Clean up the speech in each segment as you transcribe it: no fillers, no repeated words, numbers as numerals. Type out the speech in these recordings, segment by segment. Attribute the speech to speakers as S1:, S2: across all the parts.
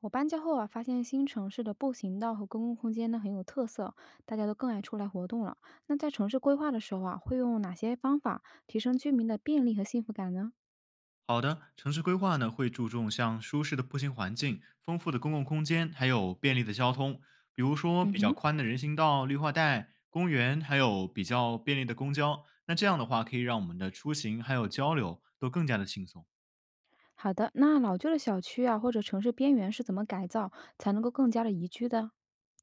S1: 我搬家后啊，发现新城市的步行道和公共空间呢很有特色，大家都更爱出来活动了。那在城市规划的时候啊，会用哪些方法提升居民的便利和幸福感呢？
S2: 好的，城市规划呢会注重像舒适的步行环境、丰富的公共空间，还有便利的交通，比如说
S1: 嗯
S2: 比较
S1: 哼，
S2: 宽的人行道、绿化带、公园，还有比较便利的公交。那这样的话，可以让我们的出行还有交流都更加的轻松。
S1: 好的。那老旧的小区啊，或者城市边缘是怎么改造才能够更加的宜居的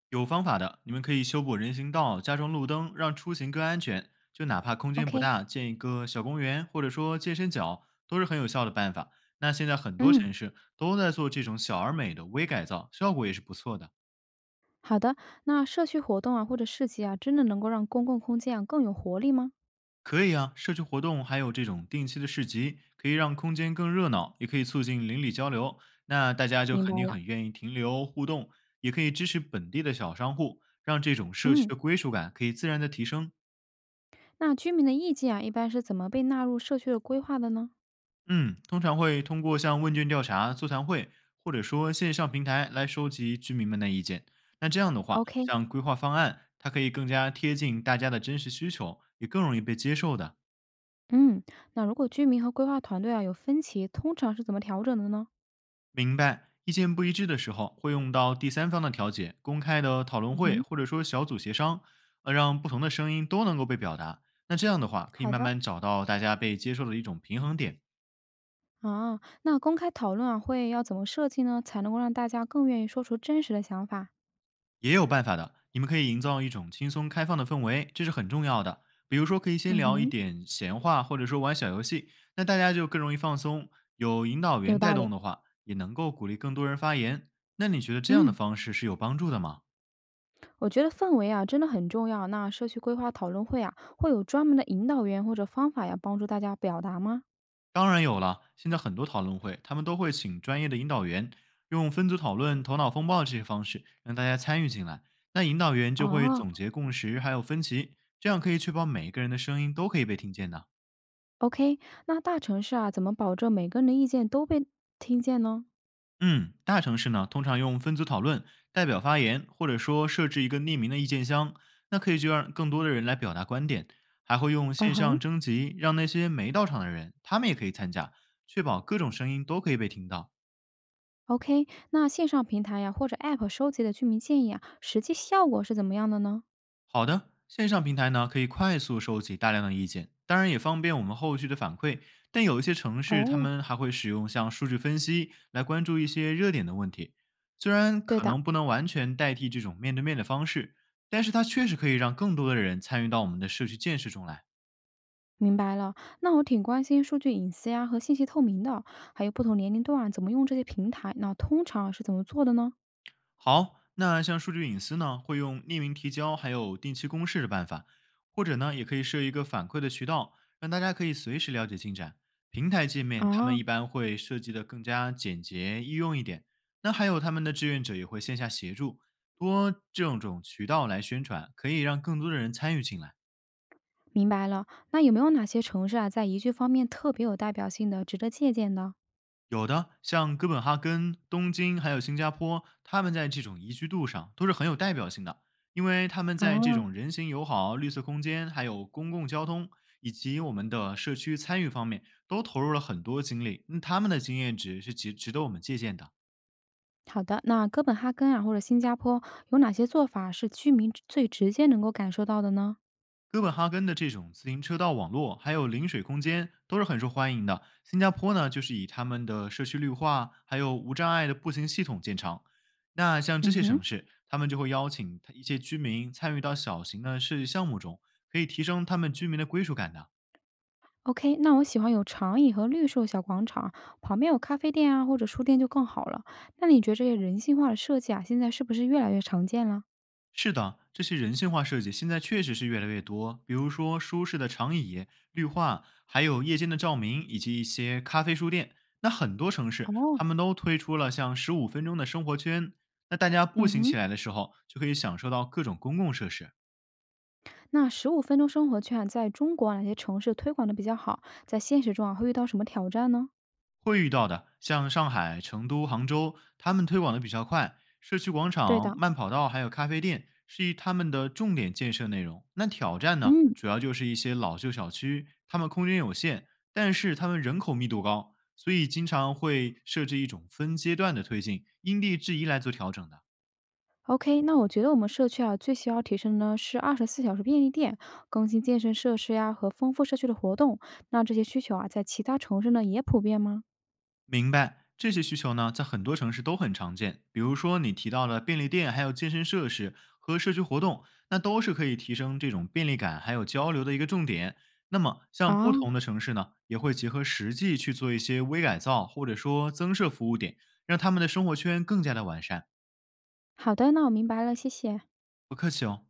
S2: 有方法的，你们可以修补人行道，加装路灯，让出行更安全。就哪怕空间不
S1: ？OK，
S2: 大，建一个小公园或者说健身角，都是很有效的办法。那现在很多
S1: 嗯，
S2: 城市都在做这种小而美的微改造，效果也是不错的。
S1: 好的。那社区活动啊，或者市集啊，真的能够让公共空间啊更有活力吗？
S2: 可以啊，社区活动还有这种定期的市集，可以让空间更热闹，也可以促进邻里交流。那大家就
S1: 明白
S2: 肯定
S1: 了。
S2: 很愿意停留互动，也可以支持本地的小商户，让这种社区
S1: 嗯，
S2: 的归属感可以自然的提升。
S1: 那居民的意见啊，一般是怎么被纳入社区的规划的呢
S2: 嗯，通常会通过像问卷调查、座谈会，或者说线上平台来收集居民们的意见。那这样的话，
S1: ？OK，
S2: 像规划方案，它可以更加贴近大家的真实需求，也更容易被接受的。
S1: 嗯，那如果居民和规划团队啊有分歧，通常是怎么调整的呢？
S2: 明白，意见不一致的时候，会用到第三方的调解、公开的讨论
S1: 嗯
S2: 会，
S1: 哼，
S2: 或者说小组协商，让不同的声音都能够被表达。那这样的话，可以
S1: 好
S2: 慢
S1: 的，
S2: 慢找到大家被接受的一种平衡点，
S1: 啊，那公开讨论啊会要怎么设计呢，才能够让大家更愿意说出真实的想法？
S2: 也有办法的。你们可以营造一种轻松开放的氛围，这是很重要的。比如说，可以先
S1: 嗯
S2: 聊一
S1: 哼，
S2: 点闲话，或者说玩小游戏，那大家就更容易放松。有引导
S1: 有
S2: 员带
S1: 道理。
S2: 动的话，也能够鼓励更多人发言。那你觉得这样的
S1: 嗯，
S2: 方式是有帮助的吗？
S1: 我觉得氛围啊真的很重要。那社区规划讨论会啊会有专门的引导员或者方法要帮助大家表达吗？
S2: 当然有了，现在很多讨论会，他们都会请专业的引导员，用分组讨论、头脑风暴这些方式让大家参与进来。那引导员就会
S1: 哦
S2: 总结共识，还有分歧，这样可以确保每一个人的声音都可以被听见的。
S1: ，OK，那大城市啊怎么保证每个人的意见都被听见呢？
S2: 嗯，大城市呢，通常用分组讨论、代表发言，或者说设置一个匿名的意见箱，那可以就让更多的人来表达观点，还会用
S1: 嗯
S2: 线
S1: 哼。
S2: 上征集，让那些没到场的人，他们也可以参加，确保各种声音都可以被听到。
S1: OK，那线上平台呀，或者 App 收集的居民建议啊，实际效果是怎么样的呢？
S2: 好的，线上平台呢可以快速收集大量的意见，当然也方便我们后续的反馈。但有一些城市，他
S1: 哦，
S2: 们还会使用像数据分析来关注一些热点的问题。虽然
S1: 对
S2: 可
S1: 的，
S2: 能不能完全代替这种面对面的方式，但是它确实可以让更多的人参与到我们的社区建设中来。
S1: 明白了。那我挺关心数据隐私呀和信息透明的，还有不同年龄段怎么用这些平台，那通常是怎么做的呢？
S2: 好，那像数据隐私呢，会用匿名提交还有定期公示的办法，或者呢，也可以设一个反馈的渠道，让大家可以随时了解进展。平台界面他们
S1: 啊，
S2: 一般会设计的更加简洁易用一点，那还有他们的志愿者也会线下协助，多这种种渠道来宣传，可以让更多的人参与进来。
S1: 明白了。那有没有哪些城市啊，在宜居方面特别有代表性的，值得借鉴的？
S2: 有的，像哥本哈根、东京还有新加坡，他们在这种宜居度上都是很有代表性的，因为他们在这
S1: 啊，
S2: 种人行友好、绿色空间、还有公共交通以及我们的社区参与方面，都投入了很多精力。那他们的经验值是值得我们借鉴的。
S1: 好的。那哥本哈根啊，或者新加坡，有哪些做法是居民最直接能够感受到的呢？
S2: 哥本哈根的这种自行车道网络，还有临水空间都是很受欢迎的。新加坡呢，就是以他们的社区绿化，还有无障碍的步行系统见长。那像这
S1: 嗯
S2: 些
S1: 哼。
S2: 城市，他们就会邀请他一些居民参与到小型的设计项目中，可以提升他们居民的归属感的。
S1: OK，那我喜欢有长椅和绿树小广场，旁边有咖啡店啊，或者书店就更好了。那你觉得这些人性化的设计啊，现在是不是越来越常见了？
S2: 是的，这些人性化设计现在确实是越来越多，比如说舒适的长椅、绿化，还有夜间的照明，以及一些咖啡书店。那很多城市
S1: 哦，
S2: 他们都推出了像15分钟的生活圈，那大家步
S1: 嗯
S2: 行起
S1: 哼，
S2: 来的时候就可以享受到各种公共设施。
S1: 那15分钟生活圈啊，在中国啊哪些城市推广的比较好？在现实中啊，会遇到什么挑战呢？
S2: 会遇到的，像上海、成都、杭州，他们推广的比较快，社区广
S1: 对
S2: 场、
S1: 的，
S2: 慢跑道还有咖啡店是一他们的重点建设内容。那挑战呢，
S1: 嗯
S2: 主要就是一些老旧小区，他们空间有限，但是他们人口密度高，所以经常会设置一种分阶段的推进，因地制宜来做调整的。
S1: ，OK，那我觉得我们社区啊，最需要提升的呢是24小时便利店，更新健身设施呀、和丰富社区的活动。那这些需求啊，在其他城市呢也普遍吗？
S2: 明白，这些需求呢，在很多城市都很常见。比如说你提到的便利店，还有健身设施和社区活动，那都是可以提升这种便利感还有交流的一个重点。那么，像不同
S1: 啊、
S2: 的城市呢，也会结合实际去做一些微改造，或者说增设服务点，让他们的生活圈更加的完善。
S1: 好的，那我明白了，谢谢。
S2: 不客气哦。